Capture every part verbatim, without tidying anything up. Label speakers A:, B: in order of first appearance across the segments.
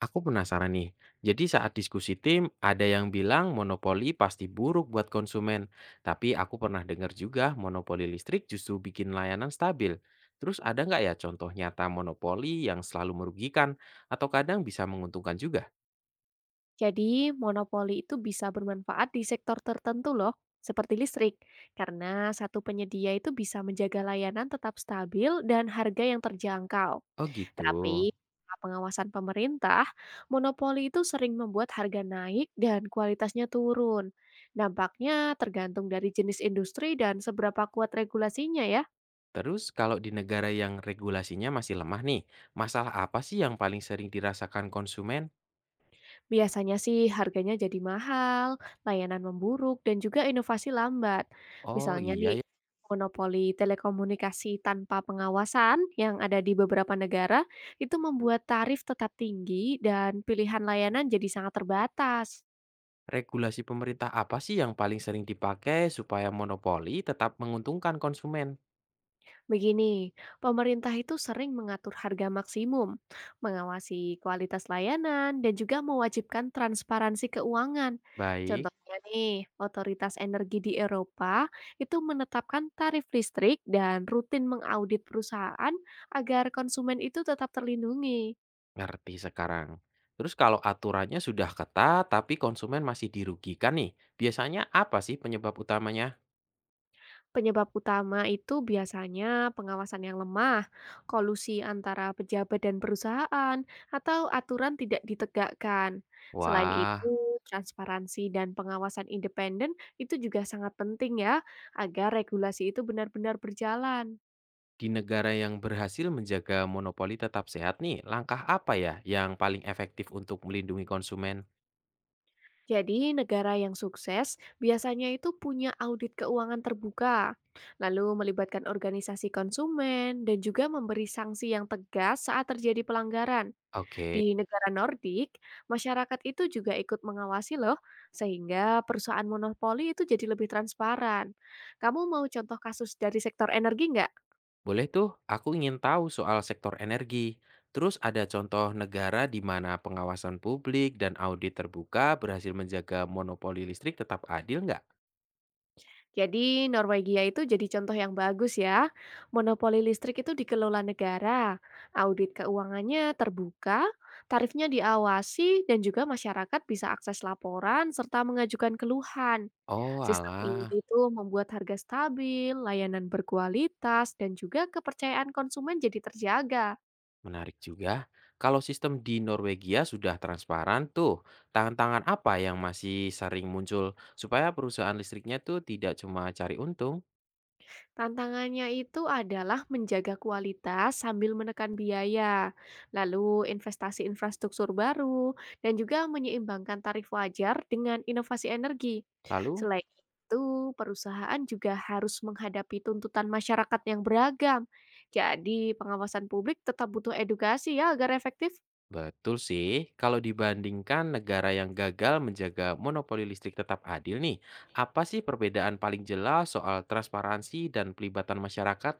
A: Aku penasaran nih. Jadi saat diskusi tim, ada yang bilang monopoli pasti buruk buat konsumen. Tapi aku pernah dengar juga monopoli listrik justru bikin layanan stabil. Terus ada nggak ya contoh nyata monopoli yang selalu merugikan atau kadang bisa menguntungkan juga?
B: Jadi, monopoli itu bisa bermanfaat di sektor tertentu loh, seperti listrik, karena satu penyedia itu bisa menjaga layanan tetap stabil dan harga yang terjangkau.
A: Oh gitu.
B: Tapi, tanpa pengawasan pemerintah, monopoli itu sering membuat harga naik dan kualitasnya turun. Dampaknya tergantung dari jenis industri dan seberapa kuat regulasinya ya.
A: Terus kalau di negara yang regulasinya masih lemah nih, masalah apa sih yang paling sering dirasakan konsumen?
B: Biasanya sih harganya jadi mahal, layanan memburuk, dan juga inovasi lambat.
A: Oh
B: Misalnya
A: iya
B: nih,
A: ya.
B: monopoli telekomunikasi tanpa pengawasan yang ada di beberapa negara itu membuat tarif tetap tinggi dan pilihan layanan jadi sangat terbatas.
A: Regulasi pemerintah apa sih yang paling sering dipakai supaya monopoli tetap menguntungkan konsumen?
B: Begini, pemerintah itu sering mengatur harga maksimum, mengawasi kualitas layanan, dan juga mewajibkan transparansi keuangan.
A: Baik,
B: Contohnya nih, otoritas energi di Eropa itu menetapkan tarif listrik dan rutin mengaudit perusahaan agar konsumen itu tetap terlindungi.
A: ngerti sekarang. Terus kalau aturannya sudah ketat tapi konsumen masih dirugikan nih, biasanya apa sih penyebab utamanya?
B: Penyebab utama itu biasanya pengawasan yang lemah, kolusi antara pejabat dan perusahaan, atau aturan tidak ditegakkan. Selain itu,
A: Wah,
B: transparansi dan pengawasan independen itu juga sangat penting ya, agar regulasi itu benar-benar berjalan.
A: di negara yang berhasil menjaga monopoli tetap sehat nih, langkah apa ya yang paling efektif untuk melindungi konsumen?
B: Jadi, negara yang sukses biasanya itu punya audit keuangan terbuka, lalu melibatkan organisasi konsumen, dan juga memberi sanksi yang tegas saat terjadi pelanggaran.
A: Oke,
B: Di negara Nordik, masyarakat itu juga ikut mengawasi loh, sehingga perusahaan monopoli itu jadi lebih transparan. Kamu mau contoh kasus dari sektor energi nggak?
A: boleh tuh. Aku ingin tahu soal sektor energi. Terus ada contoh negara di mana pengawasan publik dan audit terbuka berhasil menjaga monopoli listrik tetap adil nggak?
B: Jadi Norwegia itu jadi contoh yang bagus ya. Monopoli listrik itu dikelola negara, audit keuangannya terbuka, tarifnya diawasi, dan juga masyarakat bisa akses laporan serta mengajukan keluhan.
A: Oh,
B: Sistem
A: alah.
B: ini tuh membuat harga stabil, layanan berkualitas, dan juga kepercayaan konsumen jadi terjaga.
A: Menarik juga. Kalau sistem di Norwegia sudah transparan tuh, tantangan apa yang masih sering muncul supaya perusahaan listriknya tuh tidak cuma cari untung?
B: Tantangannya itu adalah menjaga kualitas sambil menekan biaya, lalu investasi infrastruktur baru, dan juga menyeimbangkan tarif wajar dengan inovasi energi.
A: Lalu,
B: Selain itu, perusahaan juga harus menghadapi tuntutan masyarakat yang beragam. Jadi, pengawasan publik tetap butuh edukasi ya agar efektif.
A: betul sih, kalau dibandingkan negara yang gagal menjaga monopoli listrik tetap adil nih, apa sih perbedaan paling jelas soal transparansi dan pelibatan masyarakat?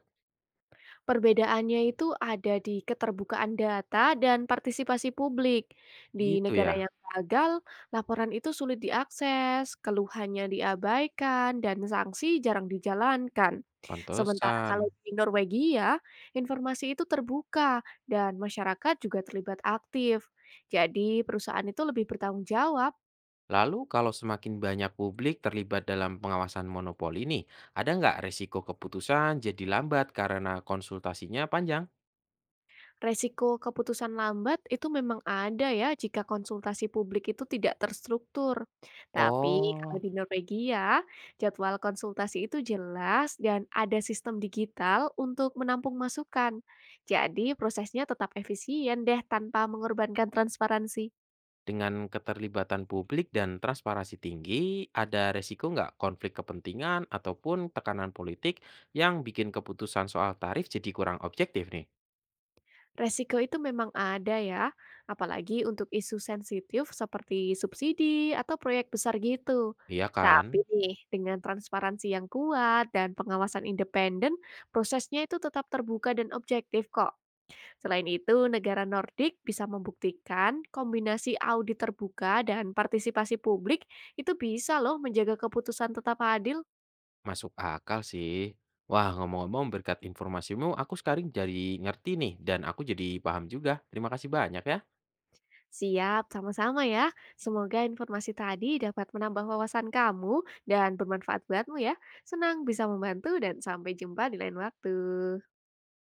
B: Perbedaannya itu ada di keterbukaan data dan partisipasi publik. Di
A: Gitu
B: negara
A: ya,
B: yang gagal, laporan itu sulit diakses, keluhannya diabaikan, dan sanksi jarang dijalankan. Sementara
A: pantesan.
B: kalau di Norwegia, informasi itu terbuka dan masyarakat juga terlibat aktif. Jadi, perusahaan itu lebih bertanggung jawab.
A: Lalu kalau semakin banyak publik terlibat dalam pengawasan monopoli ini, ada nggak resiko keputusan jadi lambat karena konsultasinya panjang?
B: Resiko keputusan lambat itu memang ada ya jika konsultasi publik itu tidak terstruktur. Tapi kalau
A: Oh,
B: di Norwegia, jadwal konsultasi itu jelas dan ada sistem digital untuk menampung masukan. Jadi prosesnya tetap efisien deh tanpa mengorbankan transparansi.
A: dengan keterlibatan publik dan transparansi tinggi, ada resiko nggak konflik kepentingan ataupun tekanan politik yang bikin keputusan soal tarif jadi kurang objektif nih?
B: Resiko itu memang ada ya, apalagi untuk isu sensitif seperti subsidi atau proyek besar gitu.
A: Iya
B: Tapi
A: kan?
B: nih, dengan transparansi yang kuat dan pengawasan independen, prosesnya itu tetap terbuka dan objektif kok. Selain itu, negara Nordik bisa membuktikan kombinasi audit terbuka dan partisipasi publik itu bisa loh menjaga keputusan tetap adil.
A: Masuk akal sih. Wah, ngomong-ngomong berkat informasimu, aku sekarang jadi ngerti nih dan aku jadi paham juga. Terima kasih banyak ya.
B: Siap, sama-sama ya. Semoga informasi tadi dapat menambah wawasan kamu dan bermanfaat buatmu ya. Senang bisa membantu dan sampai jumpa di lain waktu.